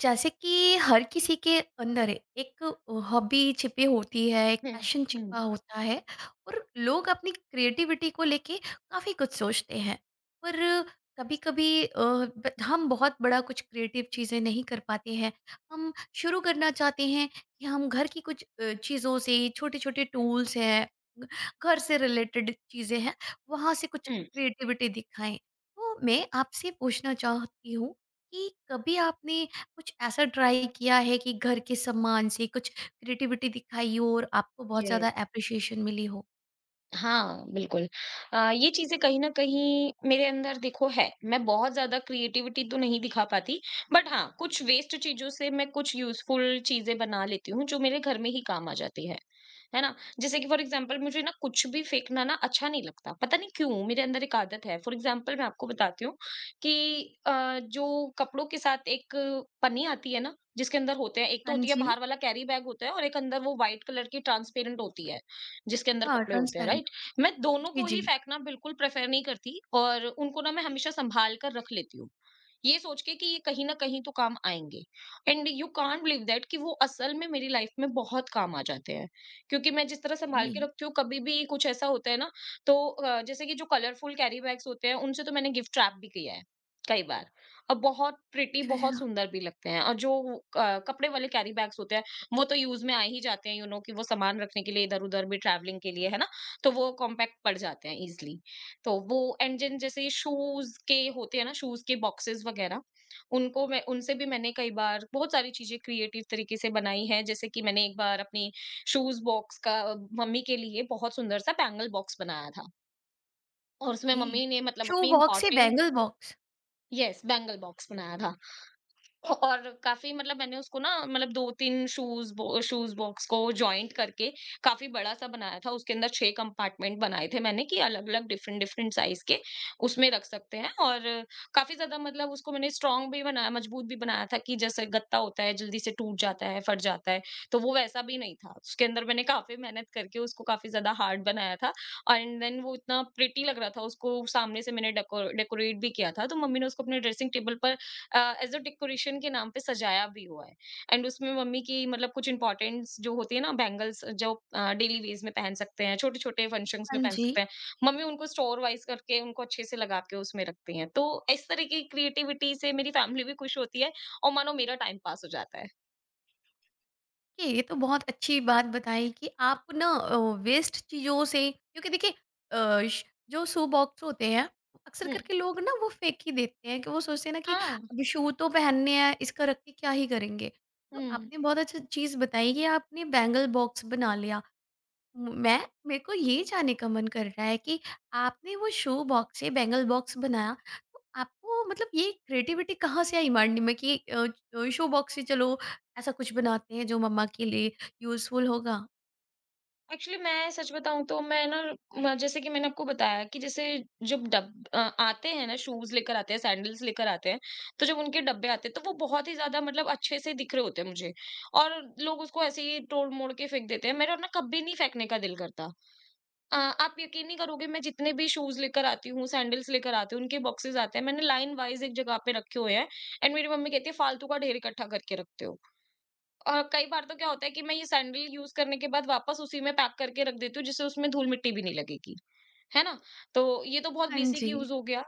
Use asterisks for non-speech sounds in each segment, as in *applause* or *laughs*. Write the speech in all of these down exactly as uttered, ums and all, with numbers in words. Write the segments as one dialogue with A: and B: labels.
A: जैसे कि हर किसी के अंदर एक हॉबी छिपी होती है, एक
B: Hmm,
A: पैशन
B: hmm,
A: छिपा होता है और लोग अपनी क्रिएटिविटी को लेके काफ़ी कुछ सोचते हैं। पर कभी-कभी अ, ब हम बहुत बड़ा कुछ क्रिएटिव चीज़ें नहीं कर पाते हैं। हम शुरू करना चाहते हैं कि हम घर की कुछ अ, चीज़ों से, छोटे-छोटे टूल्स हैं, घ घर से रिलेटेड चीज़ें हैं, वहाँ से कुछ
B: mm,
A: क्रिएटिविटी दिखाएँ। तो मैं आपसे पूछना चाहती हूँ कि कभी आपने कुछ ऐसा ट्राई किया है कि घर के सम्मान से कुछ क्रिएटिविटी दिखाई हो और आपको बहुत ज़्यादा
B: yes।
A: एप्रिसिएशन मिली हो?
B: हाँ, बिल्कुल। अ, ये चीज़ें कहीं न कहीं मेरे अंदर देखो है, मैं बहुत ज़्यादा क्रिएटिविटी तो नहीं दिखा पाती, बट हाँ, कुछ वेस्ट चीज़ों से मैं कुछ यूज़फुल चीज़ें बना लेती हूँ, जो मेरे घर में ही काम आ जाती है। है ना? जैसे कि फॉर एग्ज़ाम्पल मुझे ना कुछ भी फेंकना ना अच्छा नहीं लगता, पता नहीं क्यों? मेरे अंदर एक आदत है। फॉर एग्ज़ाम्पल मैं आपको बताती हूँ कि अ, जो कपड़ों के साथ एक पन्नी आती है ना, जिसके अंदर होते हैं एक तो
A: हाँ
B: होती है
A: जी।
B: बाहर वाला कैरी बैग होता है और एक अंदर वो व्हाइट कलर की ट्रांसपेरेंट होती है, जिसके अंदर
A: हाँ,
B: कपड़े होते हैं,
A: ट्रांसपेरेंट।
B: राइट? मैं दोनों
A: जी,
B: को ही
A: जी,
B: फेंकना बिल्कुल प्रेफर नहीं करती और उनको ना मैं हमेशा संभाल कर रख लेती हूँ, ये सोच के कि ये कहीं ना कहीं तो काम आएंगे। And you can't believe that कि वो असल में मेरी लाइफ में बहुत काम आ जाते हैं, क्योंकि मैं जिस तरह
A: जी।
B: संभाल के रखती हूँ कभी भी कुछ ऐसा होता है ना, तो अ, जैसे कि जो कलरफुल कैरी बैग्स होते हैं उनसे तो मैंने गिफ्ट रैप भी किया है कई बार। अब बहुत प्रिटी
A: अच्छा, अच्छा।
B: बहुत
A: हाँ,
B: सुंदर भी लगते हैं, और जो अ, कपड़े वाले कैरी बैग्स होते हैं वो तो यूज में आ ही जाते हैं, यू नो कि वो सामान रखने के लिए इधर उधर भी ट्रैवलिंग के लिए है ना, तो वो कॉम्पैक्ट पड़ जाते हैं इजिली। तो वो एंड जिन जैसे शूज के होते हैं ना, शूज के बॉक्सेस वगैरह, उनको मैं उनसे भी मैंने कई बार बहुत सारी चीजें क्रिएटिव तरीके से बनाई है। जैसे कि मैंने एक बार अपनी शूज बॉक्स का अ, मम्मी के लिए बहुत सुंदर सा बैंगल बॉक्स बनाया था, और उसमें
A: ओके।
B: मम्मी ने मतलब
A: शू
B: अपनी
A: बॉक्स या
B: important.
A: Bangle box?
B: Yes, bangle box बनाया था, और काफ़ी मतलब मैंने उसको ना मतलब दो तीन शूज़ बॉ शूज़ बॉक्स को जॉइंट करके काफ़ी बड़ा-सा बनाया था। उसके अंदर छह कंपार्टमेंट बनाए थे मैंने कि अलग-अलग, डिफरेंट-डिफरेंट साइज़ के उसमें रख सकते हैं, और काफ़ी ज़्यादा मतलब उसको मैंने स्ट्रॉन्ग भी बनाया, मजबूत भी बनाया था कि जैसे गत्ता होता है, जल्दी से टूट जाता है, फट जाता है, तो वो वैसा भी नहीं था। उसके अंदर मैंने काफ़ी मेहनत करके उसको काफ़ी ज़्यादा हार्ड बनाया था, एंड देन वो इतना प्रिटी लग रहा था, उसको सामने से मैंने डेको डेकोरेट भी किया था। तो मम्मी ने उसको अपने ड्रेसिंग टेबल पर एज अ डेकोरेशन के नाम पे सजाया भी हुआ है। एंड उसमें मम्मी की मतलब कुछ इंपॉर्टेंट्स जो होती है ना, बैंगल्स जो डेली वेज में पहन सकते हैं, छोटे छोटे फंक्शंस में
A: हाँ
B: पहन
A: जी।
B: सकते हैं, मम्मी उनको स्टोर वाइज करके उनको अच्छे से लगा के उसमें रखती हैं। तो इस तरह की क्रिएटिविटी से मेरी फैमिली भी खुश होती है, और मानो मेरा टाइम पास हो जाता है।
A: देखिए, ये तो बहुत अच्छी बात बताई कि आप ना वेस्ट चीज़ों से, क्योंकि देखिए, अ, श- जो शू बॉक्स होते हैं, अक्सर
B: हम्म।
A: करके लोग ना वो फेंक ही देते हैं कि वो सोचते हैं ना कि
B: हाँ।
A: अब शू तो पहनने हैं, इसका रख के क्या ही करेंगे। तो
B: हम्म।
A: आपने बहुत अच्छी चीज़ बताई कि आपने बैंगल बॉक्स बना लिया। मैं, मेरे को ये जानने का मन कर रहा है कि आपने वो शो बॉक्स से बैंगल बॉक्स बनाया, तो आपको मतलब ये क्रिएटिविटी कहाँ से आई माइंड में कि अ, अ, शो बॉक्स से चलो ऐसा कुछ बनाते हैं जो मम्मा के लिए यूजफुल होगा।
B: एक्चुअली मैं सच बताऊं तो मैं ना, म- जैसे कि मैंने आपको बताया कि जैसे जब डब अ, आते हैं ना, शूज लेकर आते हैं सैंडल्स लेकर आते हैं, तो जब उनके डब्बे आते हैं तो वो बहुत ही ज्यादा मतलब अच्छे से दिख रहे होते हैं मुझे, और लोग उसको ऐसे ही तोड़ मोड़ के फेंक देते हैं, मेरा ना कभी नहीं फेंकने का दिल करता। अ, आप यकीन नहीं करोगे, मैं जितने भी शूज लेकर आती हूँ सैंडल्स लेकर आती हूँ उनके बॉक्सेस आते हैं मैंने लाइन वाइज एक जगह पे रखे हुए हैं। एंड मेरी मम्मी कहती है फालतू का ढेर इकट्ठा करके रखते हो। और कई बार तो क्या होता है कि मैं ये सैंडल यूज करने के बाद वापस उसी में पैक करके रख देती हूँ, जिससे उसमें धूल मिट्टी भी नहीं लगेगी, है ना? तो ये तो बहुत
A: हाँ
B: बेसिक
A: जी।
B: यूज हो गया।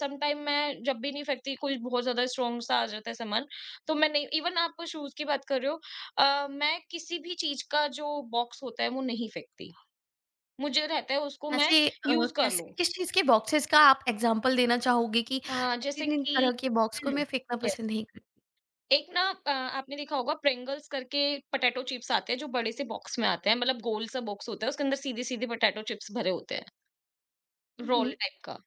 B: सम टाइम मैं जब भी नहीं फेंकती, कोई बहुत ज्यादा स्ट्रॉन्ग सा आ जाता है सामान, तो मैं नहीं। इवन आप शूज की बात कर रहे हो, अ, मैं किसी भी चीज का जो बॉक्स होता है वो नहीं फेंकती, मुझे रहता है उसको मैं
A: ऐसे अ,
B: यूज कर
A: कैसे
B: लूं।
A: किस चीज़ के बॉक्सेस का आप एग्जांपल देना चाहोगे कि
B: अ, जैसे
A: इन इन
B: कि
A: तरह के बॉक्स को मैं फेंकना
B: यस,
A: पसंद नहीं करती।
B: एक ना, अ, आपने देखा होगा प्रिंगल्स करके पोटैटो चिप्स आते हैं जो बड़े से बॉक्स में आते हैं, मतलब गोल सा बॉक्स होता है, उसके अंदर सीधे सीधे पोटैटो चिप्स भरे होते हैं,
A: हम्म।
B: रोल टाइप का।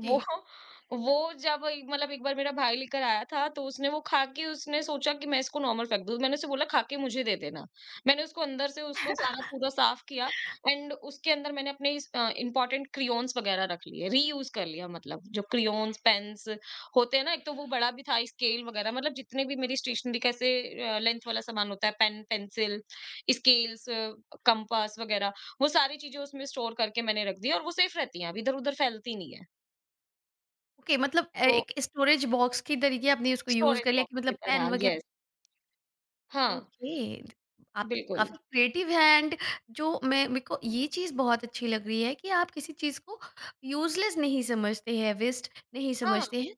B: वो
A: जी।
B: *laughs* वो जब एक मतलब एक बार मेरा भाई लेकर आया था, तो उसने वो खा के उसने सोचा कि मैं इसको नॉर्मल फेंक दूँ। मैंने उसे बोला खा के मुझे दे देना। मैंने उसको अंदर से उसको सारा पूरा साफ किया, एंड उसके अंदर मैंने अपने इस अ, इम्पोर्टेंट क्रेयॉन्स वगैरह रख लिए, रीयूज़ कर लिया, मतलब जो क्रेयॉन्स, पेन्स होते हैं ना, एक तो वो बड़ा भी था, स्केल वगैरह, मतलब जितने भी मेरी स्टेशनरी का ऐसे अ, लेंथ वाला सामान होता है, पेन, पेंसिल, स्केल्स, कंपास वगैरह, वो सारी चीज़ें उसमें स्टोर करके मैंने रख दी, और वो सेफ रहती हैं, अब इधर-उधर फैलती नहीं है।
A: ओके, मतलब अ,
B: तो
A: एक स्टोरेज बॉक्स के तरीके आपने उसको यूज
B: स्टोरेज
A: कर लिया कि
B: बॉक्स
A: मतलब
B: की तरह,
A: पेन वगैरह।
B: यस। हाँ,
A: ओके, आप
B: बिल्कुल।
A: काफ़ी क्रिएटिव हैं एंड जो, मैं, मेरे को ये चीज़ बहुत अच्छी लग रही है कि आप किसी चीज़ को यूज़लेस नहीं समझते हैं, वेस्ट नहीं
B: हाँ,
A: समझते हैं। अ,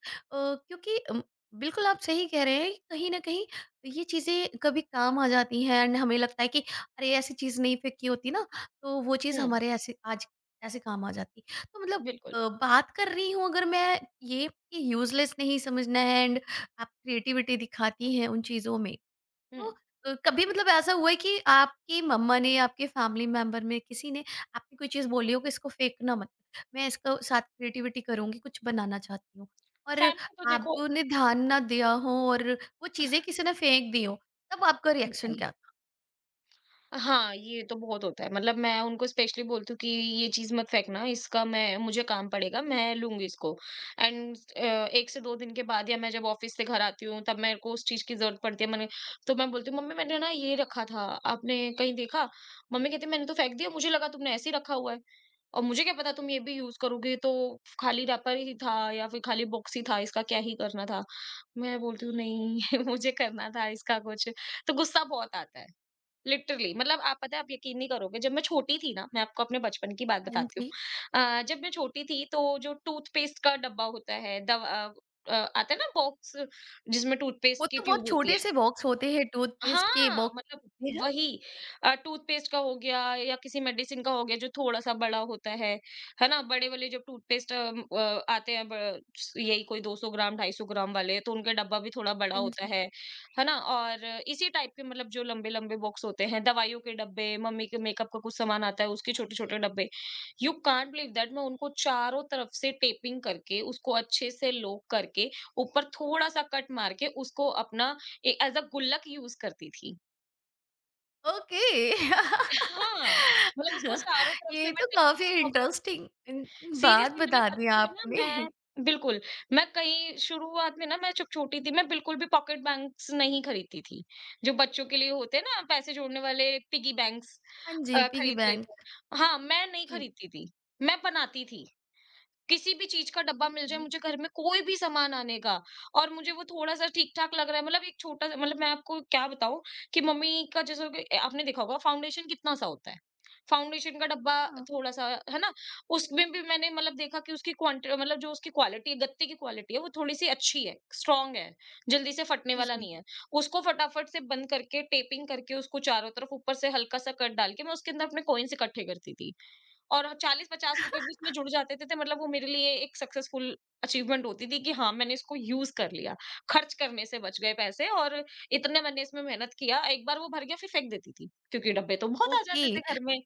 A: क्योंकि अम, बिल्कुल आप सही कह रहे हैं कि कहीं न कहीं ये चीज़ें कभी काम आ जाती हैं एंड हमें लगता है कि अरे! ऐसी चीज़ नहीं फेंकी होती ना, तो वो चीज़
B: हुँ,
A: हमारे ऐसे आज ऐसे काम आ जाती। तो मतलब
B: बिल्कुल,
A: अ, बात कर रही हूँ अगर मैं ये, कि यूज़लेस नहीं समझना है एंड आप क्रिएटिविटी दिखाती हैं उन चीज़ों में।
B: हुँ।
A: तो अ, कभी मतलब ऐसा हुआ है कि आपकी मम्मा ने, आपके फैमिली मेंबर में किसी ने आपकी कोई चीज़ बोली हो कि इसको फेंकना मत, मैं इसको साथ क्रिएटिविटी करूँगी, कुछ बनाना चाहती हूँ। और
B: फैमिली तो देखो।
A: आपने ध्यान ना दिया हो और वो चीज़ें किसी ने फेंक दी हो, तब आपका रिएक्शन
B: नहीं।
A: क्या था?
B: हाँ, ये तो बहुत होता है, मतलब मैं उनको स्पेशली बोलती हूँ कि ये चीज़ मत फेंकना, इसका मैं मुझे काम पड़ेगा, मैं लूँगी इसको। एंड अ, एक से दो दिन के बाद, या मैं जब ऑफिस से घर आती हूँ, तब मेरे को उस चीज़ की ज़रूरत पड़ती है, मैंने, तो मैं बोलती हूँ, "मम्मी मैंने ना ये रखा था, आपने कहीं देखा?" मम्मी कहती है, "मैंने तो फेंक दिया, मुझे लगा तुमने ऐसे ही रखा हुआ है। और मुझे क्या पता तुम ये भी यूज करोगे, तो खाली रैपर ही था या फिर खाली बॉक्स ही था, इसका क्या ही करना था।" मैं बोलती हूँ नहीं, *laughs* मुझे करना था इसका कुछ। तो गुस्सा बहुत आता है, लिटरली मतलब, आप पता है आप यकीन नहीं करोगे, जब मैं छोटी थी ना, मैं आपको अपने बचपन की बात
A: हाँ
B: बताती
A: जी।
B: हूँ। अ, जब मैं छोटी थी तो जो टूथपेस्ट का डब्बा होता है, दवा अ, आता है ना बॉक्स, जिसमें
A: वो
B: टूथपेस्ट की
A: तो बहुत
B: ट्यूब होती
A: छोटे
B: है।
A: से बॉक्स होते हैं, टूथपेस्ट के
B: हाँ,
A: बॉक्स
B: मतलब
A: होते हैं।
B: वही। अ, टूथपेस्ट का हो गया या किसी मेडिसिन का हो गया जो थोड़ा-सा बड़ा होता है, है ना? बड़े वाले जब टूथपेस्ट अम, अ, आते हैं ब यही कोई दो सौ ग्राम ढाई सौ ग्राम वाले, तो उनका डब्बा भी थोड़ा बड़ा
A: हाँ
B: होता
A: जी।
B: है, है ना? और इसी टाइप के मतलब जो लंबे-लंबे बॉक्स होते हैं, दवाइयों के डब्बे, मम्मी के मेकअप का कुछ सामान आता है उसके छोटे-छोटे डब्बे, यू कांट बिलीव दैट मैं उनको चारों तरफ से टेपिंग करके, उसको अच्छे से लोक करके, ऊपर थोड़ा-सा कट मार के उसको अपना एज अ गुल्लक यूज करती थी।
A: ओके।
B: हाँ, मतलब उसको
A: *laughs*
B: चारों तरफ
A: ये
B: से मैं,
A: तो काफ़ी इंटरेस्टिंग इन बात
B: सीरियसली मतलब
A: बता दी
B: बचपन में ना
A: आपने।
B: मैं बिल्कुल, मैं कहीं शुरुआत में ना, मैं जब छोटी थी, मैं बिल्कुल भी पॉकेट बैंक्स नहीं खरीदती थी। जो बच्चों के लिए होते हैं ना, पैसे जोड़ने वाले पिगी बैंक्स
A: हाँ जी,
B: अ,
A: पिगी
B: खरीद लेते
A: बैंक।
B: हैं। हाँ, मैं नहीं
A: जी,
B: खरीदती थी, मैं बनाती थी। किसी भी चीज का डब्बा मिल जाए
A: ओके।
B: मुझे घर में कोई भी सामान आने का, और मुझे वो थोड़ा सा ठीक ठाक लग रहा है, मतलब एक छोटा सा, मतलब मैं आपको क्या बताऊं कि मम्मी का, जैसे कि आपने देखा होगा फाउंडेशन कितना सा होता है, फाउंडेशन का डब्बा
A: हाँ,
B: थोड़ा सा, है ना? उसमें भी मैंने मतलब देखा कि उसकी क्वांटिटी मतलब जो उसकी क्वालिटी है, गत्ते की क्वालिटी है वो थोड़ी सी अच्छी है, स्ट्रांग है, जल्दी से फटने
A: जी,
B: वाला
A: जी।
B: नहीं है, उसको फटाफट से बंद करके टेपिंग करके उसको चारों तरफ ऊपर से हल्का सा कट डाल के मैं उसके अंदर अपने कॉइन्स इकट्ठे करती थी, और चालीस पचास रुपए भी उसमें जुड़ जाते थे। तो मतलब वो मेरे लिए एक सक्सेसफुल अचीवमेंट होती थी कि हाँ, मैंने इसको यूज़ कर लिया, खर्च करने से बच गए पैसे, और इतने मैंने इसमें मेहनत किया। एक बार वो भर गया फिर फेंक देती थी, क्योंकि डब्बे तो बहुत आ
A: ओके,
B: जाते थे घर में।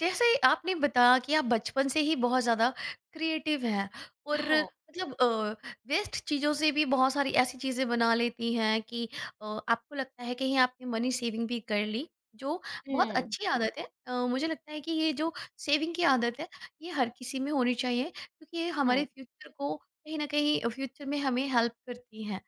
A: जैसे आपने बताया कि आप बचपन से ही बहुत ज़्यादा क्रिएटिव हैं और
B: हाँ,
A: मतलब अ, वेस्ट चीज़ों से भी बहुत सारी ऐसी चीज़ें बना लेती हैं कि अ, आपको लगता है कहीं आपने मनी सेविंग भी कर ली, जो बहुत
B: हुँ,
A: अच्छी आदत है। अ, मुझे लगता है कि ये जो सेविंग की आदत है, ये हर किसी में होनी चाहिए क्योंकि ये हमारे
B: हुँ,
A: फ्यूचर को कहीं न कहीं फ्यूचर में हमें हेल्प करती है।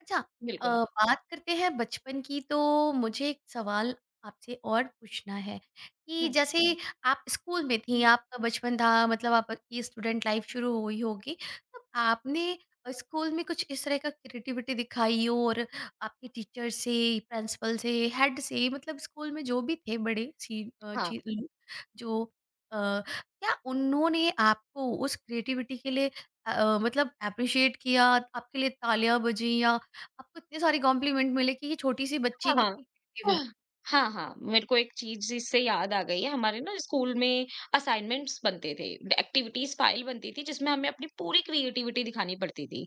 A: अच्छा, अ,
B: बिल्कुल।
A: बात करते हैं बचपन की, तो मुझे एक सवाल आपसे और पूछना है कि
B: हुँ,
A: जैसे जी। आप स्कूल में थी,
B: हुँ।
A: आपका बचपन था, मतलब आपकी स्टूडेंट लाइफ शुरू हुई होगी, तब आपने अ, स्कूल में कुछ इस तरह का क्रिएटिविटी दिखाई हो और आपके टीचर से, प्रिंसिपल से, हेड से मतलब स्कूल में जो भी थे बड़े सी अ,
B: हाँ।
A: ची लोग जो अ, क्या उन्होंने आपको उस क्रिएटिविटी के लिए अ, मतलब एप्रिशिएट किया, आपके लिए तालियाँ बजीं या आपको इतने सारे कॉम्प्लीमेंट मिले कि ये छोटी सी बच्ची
B: हाँ, हाँ।
A: कितनी क्रिएटिव है।
B: हाँ, हाँ, हाँ, मेरे को एक चीज़ इससे याद आ गई है, हमारे ना स्कूल में असाइनमेंट्स बनते थे, एक्टिविटीज़ फाइल बनती थी जिसमें हमें अपनी पूरी क्रिएटिविटी दिखानी पड़ती थी।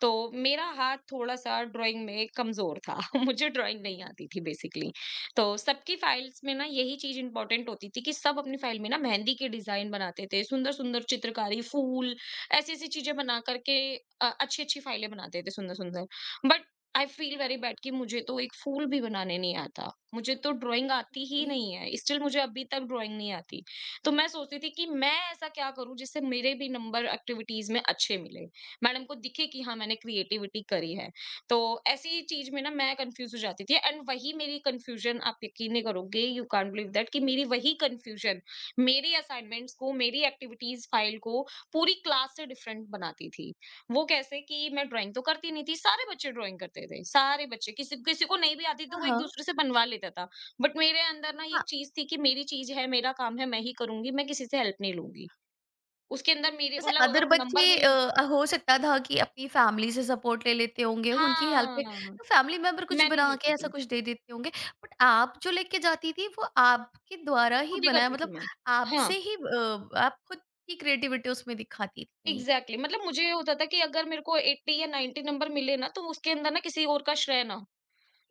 B: तो मेरा हाथ थोड़ा-सा ड्राइंग में कमज़ोर था, *laughs* मुझे ड्राइंग नहीं आती थी बेसिकली। तो सबकी फाइल्स में ना यही चीज़ इम्पोर्टेंट होती थी कि सब अपनी फाइल में ना मेहंदी के डिज़ाइन बनाते थे, सुंदर-सुंदर चित्रकारी, फूल, ऐसी-ऐसी चीज़ें बना कर के अ, अच्छी-अच्छी फाइलें बनाते थे सुंदर-सुंदर। But I feel very bad कि मुझे तो एक फूल भी बनाने नहीं आता, मुझे तो ड्राइंग आती ही
A: जी।
B: नहीं है, स्टिल मुझे अभी तक ड्राइंग नहीं आती। तो मैं सोचती थी कि मैं ऐसा क्या करूं जिससे मेरे भी नंबर एक्टिविटीज में अच्छे मिले, मैडम को दिखे कि हाँ मैंने क्रिएटिविटी करी है, तो ऐसी चीज में ना मैं कंफ्यूज हो जाती थी, एंड वही मेरी कंफ्यूजन, आप यकीन नहीं करोगे यू कैन बिलीव दैट कि मेरी वही कंफ्यूजन मेरी असाइनमेंट्स को मेरी एक्टिविटीज फाइल को पूरी क्लास से डिफरेंट बनाती थी। वो कैसे कि मैं ड्राइंग तो करती नहीं थी, सारे बच्चे ड्राइंग करते थे, सारे बच्चे किसी किसी को नहीं भी आती तो
A: हाँ,
B: वो
A: हाँ।
B: एक-दूसरे से बनवा लेता था। बट मेरे अंदर ना ये
A: हाँ,
B: एक चीज़ थी कि मेरी चीज़ है, मेरा काम है, मैं ही करूँगी, मैं किसी से हेल्प नहीं लूँगी। उसके अंदर मेरे
A: जैसे
B: मतलब
A: अदर
B: अगर
A: बच्चे,
B: नंबर मिले।
A: अ, हो सकता था कि अपनी फैमिली से सपोर्ट ले लेते होंगे, उनकी हेल्प ले
B: हाँ,
A: तो फैमिली मेंबर कुछ
B: मैं नहीं
A: बना के
B: लेती
A: ऐसा
B: थी,
A: कुछ दे देते होंगे। बट आप जो लेके जाती थी वो आपके द्वारा ही
B: खुद ही
A: बनाया,
B: करती
A: मतलब
B: थी मैं। हाँ,
A: आपसे ही, अ, आप खुद की क्रिएटिविटी उसमें दिखाती थी। नहीं,
B: एग्ज़ैक्टली मतलब मुझे ये होता था कि अगर मेरे को अस्सी या नाइंटी नंबर मिले ना तो उसके अंदर ना किसी और का श्रेय ना हो।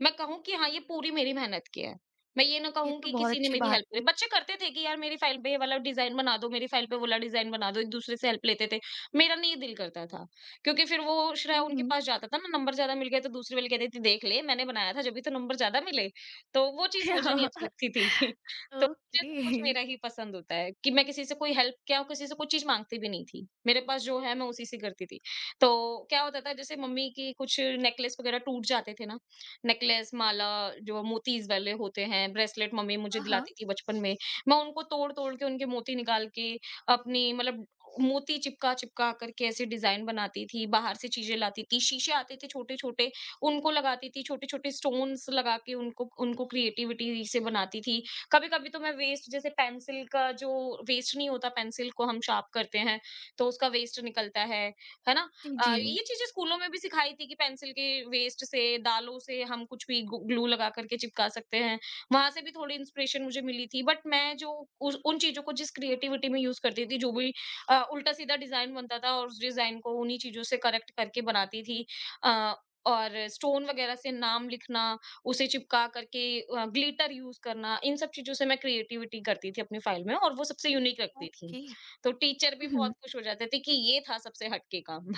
B: मैं कहूँ कि हाँ, ये पूरी मेरी मेहनत की है। मैं ये ना
A: ये
B: कहूँ
A: तो
B: कि
A: बहुत
B: किसी ने
A: अच्छी
B: मेरी
A: बात
B: हेल्प करी।
A: है।
B: बच्चे करते थे कि यार मेरी फ़ाइल पे ये वाला डिज़ाइन बना दो, मेरी फ़ाइल पे वो वाला डिज़ाइन बना दो, एक-दूसरे से हेल्प लेते थे। मेरा नहीं दिल करता था, क्योंकि फिर वो श्रेया
A: हुँ,
B: उनके
A: हुँ।
B: पास जाता था ना, नंबर ज़्यादा मिल गए तो दूसरी वाली कहती थी, "देख ले, मैंने बनाया था जभी तो नंबर ज़्यादा मिले।" तो वो चीज़ मुझे नहीं अच्छी
A: *laughs*
B: लगती थी। *laughs* तो मुझे सब
A: ओके।
B: कुछ मेरा ही पसंद होता है कि मैं किसी से कोई हेल्प क्या किसी से कोई चीज़ माँगती भी नहीं थी। मेरे पास जो है मैं उसी से करती थी। तो क्या होता था जैसे मम्मी की कुछ नेकलेस वग़ैरह टूट जाते थे ना, नेकलेस, माला जो मोतीज वाले होते हैं, ब्रेसलेट मम्मी मुझे
A: हाँ, हाँ।
B: दिलाती थी बचपन में। मैं उनको तोड़-तोड़ के उनके मोती निकाल के अपनी मतलब मोती चिपका-चिपका करके ऐसे डिजाइन बनाती थी। बाहर से चीजें लाती थी, शीशे आते थे छोटे-छोटे, उनको लगाती थी, छोटे-छोटे स्टोन्स लगा के उनको उनको क्रिएटिविटी से बनाती थी। कभी-कभी तो मैं वेस्ट जैसे पेंसिल का जो वेस्ट नहीं होता पेंसिल को हम शार्प करते हैं, तो उसका वेस्ट निकलता है, है ना?
A: जी, जी।
B: अ, ये चीजें स्कूलों में भी सिखाई थी कि पेंसिल के वेस्ट से, दालों से हम कुछ भी गु ग्लू लगा करके चिपका सकते हैं। वहाँ से भी थोड़ी इंस्पिरेशन मुझे मिली थी। बट मैं जो उस उन चीज़ों को जिस क्रिएटिविटी में यूज़ करती थी, जो भी अ, उल्टा-सीधा डिज़ाइन बनता था और उस डिज़ाइन को उन्हीं चीज़ों से करेक्ट करके बनाती थी। अ, और स्टोन वगैरह से नाम लिखना, उसे चिपका करके अ, ग्लिटर यूज़ करना, इन सब चीज़ों से मैं क्रिएटिविटी करती थी अपनी फ़ाइल में और वो सबसे यूनिक लगती थी।
A: ओके।
B: तो टीचर भी
A: हुँ,
B: बहुत
A: हुँ।
B: खुश हो जाते थे कि ये था सबसे हट के काम।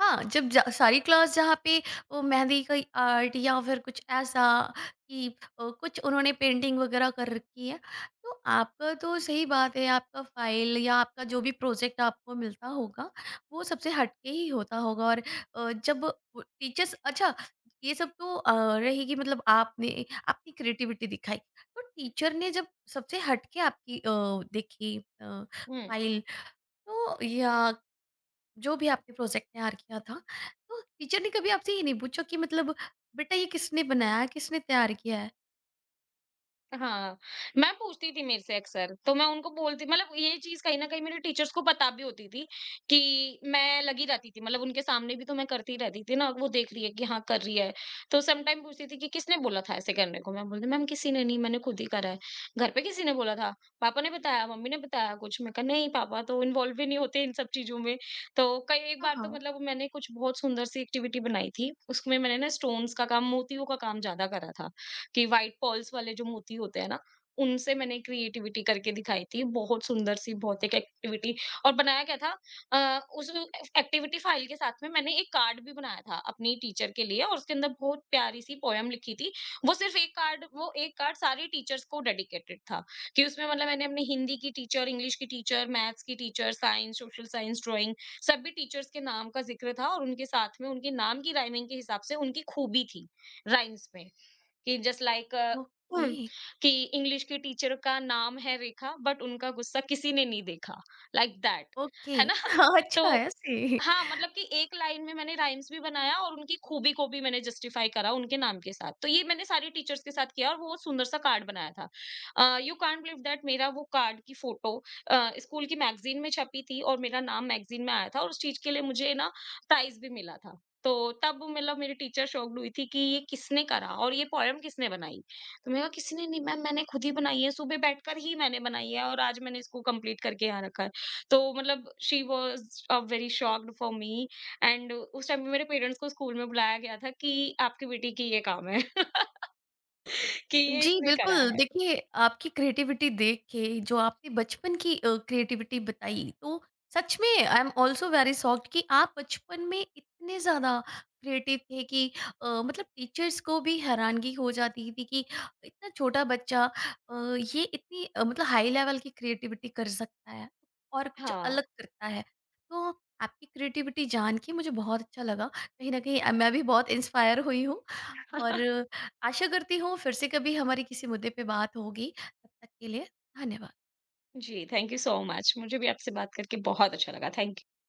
A: हाँ, जब ज सारी क्लास जहाँ पे वो मेहंदी का आर्ट या फिर कुछ ऐसा कि अ, कुछ उन्होंने पेंटिंग वगैरह कर रखी है, तो आपका तो सही बात है, आपका फ़ाइल या आपका जो भी प्रोजेक्ट आपको मिलता होगा, वो सबसे हट के ही होता होगा और अ, जब वो टीचर्स, अच्छा ये सब तो अ, रहेगी, मतलब आपने आपकी क्रिएटिविटी दिखाई। तो टीचर ने जब सबसे हट के आपकी अ, देखी अ,
B: हुँ।
A: फ़ाइल तो या जो भी आपने प्रोजेक्ट तैयार किया था, तो टीचर ने कभी आपसे ये नहीं पूछा कि मतलब बेटा ये किसने बनाया है? किसने तैयार किया है?
B: हाँ, मैम पूछती थी मेरे से अक्सर, तो मैं उनको बोलती मतलब ये चीज़ कहीं न कहीं मेरे टीचर्स को पता भी होती थी कि मैं लगी रहती थी, मतलब उनके सामने भी तो मैं करती रहती थी ना, वो देख रही है कि हाँ, कर रही है। तो सम टाइम पूछती थी कि, "किसने बोला था ऐसे करने को?" मैं बोलती, "मैम किसी ने नहीं, मैंने खुद ही करा है।" "घर पे किसी ने बोला था? पापा ने बताया, मम्मी ने बताया कुछ?" मैं कहा, "नहीं, पापा तो इन्वॉल्व ही नहीं होते इन सब चीज़ों में।" तो कई एक
A: हाँ,
B: बार तो
A: हाँ।
B: मतलब मैंने कुछ बहुत सुंदर सी एक्टिविटी बनाई थी, उसमें मैंने ना स्टोन्स का काम, मोतियों का काम ज़्यादा करा था। कि व्हाइट पर्ल्स वाले जो मोती होते हैं ना, उनसे मैंने क्रिएटिविटी करके दिखाई थी। बहुत सुंदर सी भौतिक एक्टिविटी और बनाया क्या था अ, उस एक्टिविटी फाइल के साथ में मैंने एक कार्ड भी बनाया था अपनी टीचर के लिए और उसके अंदर बहुत प्यारी सी पोयम लिखी थी। वो सिर्फ एक कार्ड वो एक कार्ड सारे टीचर्स को डेडिकेटेड था कि उसमें मतलब मैंने अपनी हिंदी की टीचर, इंग्लिश की टीचर, मैथ्स की teacher, science, social science, drawing सभी टीचर्स के नाम का ज़िक्र था और उनके साथ में उनके नाम की राइमिंग के हिसाब से उनकी खूबी थी राइम्स में। कि जस्ट लाइक
A: ओके,
B: हम्म, कि इंग्लिश के टीचर का नाम है रेखा बट उनका गुस्सा किसी ने नहीं देखा लाइक like दैट
A: ओके
B: है ना। *laughs*
A: *laughs*
B: तो
A: अच्छा ऐसे।
B: हाँ, मतलब कि एक लाइन में मैंने राइम्स भी बनाया और उनकी खूबी को भी मैंने जस्टिफ़ाई करा उनके नाम के साथ। तो ये मैंने सारे टीचर्स के साथ किया और वो सुंदर-सा कार्ड बनाया था। Uh, you can't believe that मेरा वो कार्ड की फ़ोटो अ, स्कूल की मैगज़ीन में छपी थी और मेरा नाम मैगज़ीन में आया था और उस चीज़ के लिए मुझे ना प्राइज़ भी मिला था। तो तब मतलब मेरी टीचर शॉक्ड हुई थी कि ये किसने करा और ये पोएम किसने बनाई? तो मैंने कहा किसी ने नहीं मैम मैंने खुद ही बनाई है, सुबह बैठकर ही मैंने बनाई है और आज मैंने इसको कंप्लीट करके यहाँ रखा है। तो मतलब she was uh, very shocked for me and उस टाइम पे मेरे पेरेंट्स को स्कूल में बुलाया गया था कि आपकी बेटी की ये काम है *laughs* कि ये
A: जी,
B: इसने करा
A: बिल्कुल।
B: है।
A: देखिए, आपकी क्रिएटिविटी देख के जो आपने बचपन की अ, क्रिएटिविटी बताई, तो सच में I am also very shocked कि आप बचपन में इतने ज़्यादा क्रिएटिव थे कि अ, मतलब टीचर्स को भी हैरानगी हो जाती थी कि इतना छोटा बच्चा अ, ये इतनी अ, मतलब हाई लेवल की क्रिएटिविटी कर सकता है और कुछ
B: हाँ,
A: अलग करता है। तो आपकी क्रिएटिविटी जान के मुझे बहुत अच्छा लगा। कहीं न कहीं अ, मैं भी बहुत इंस्पायर हुई हूँ। और आशा करती हूँ फिर से कभी हमारी किसी मुद्दे पे बात होगी, तब तक के लिए धन्यवाद।
B: जी थैंक यू सो मच मुझे भी आपसे बात करके बहुत अच्छा लगा। थैंक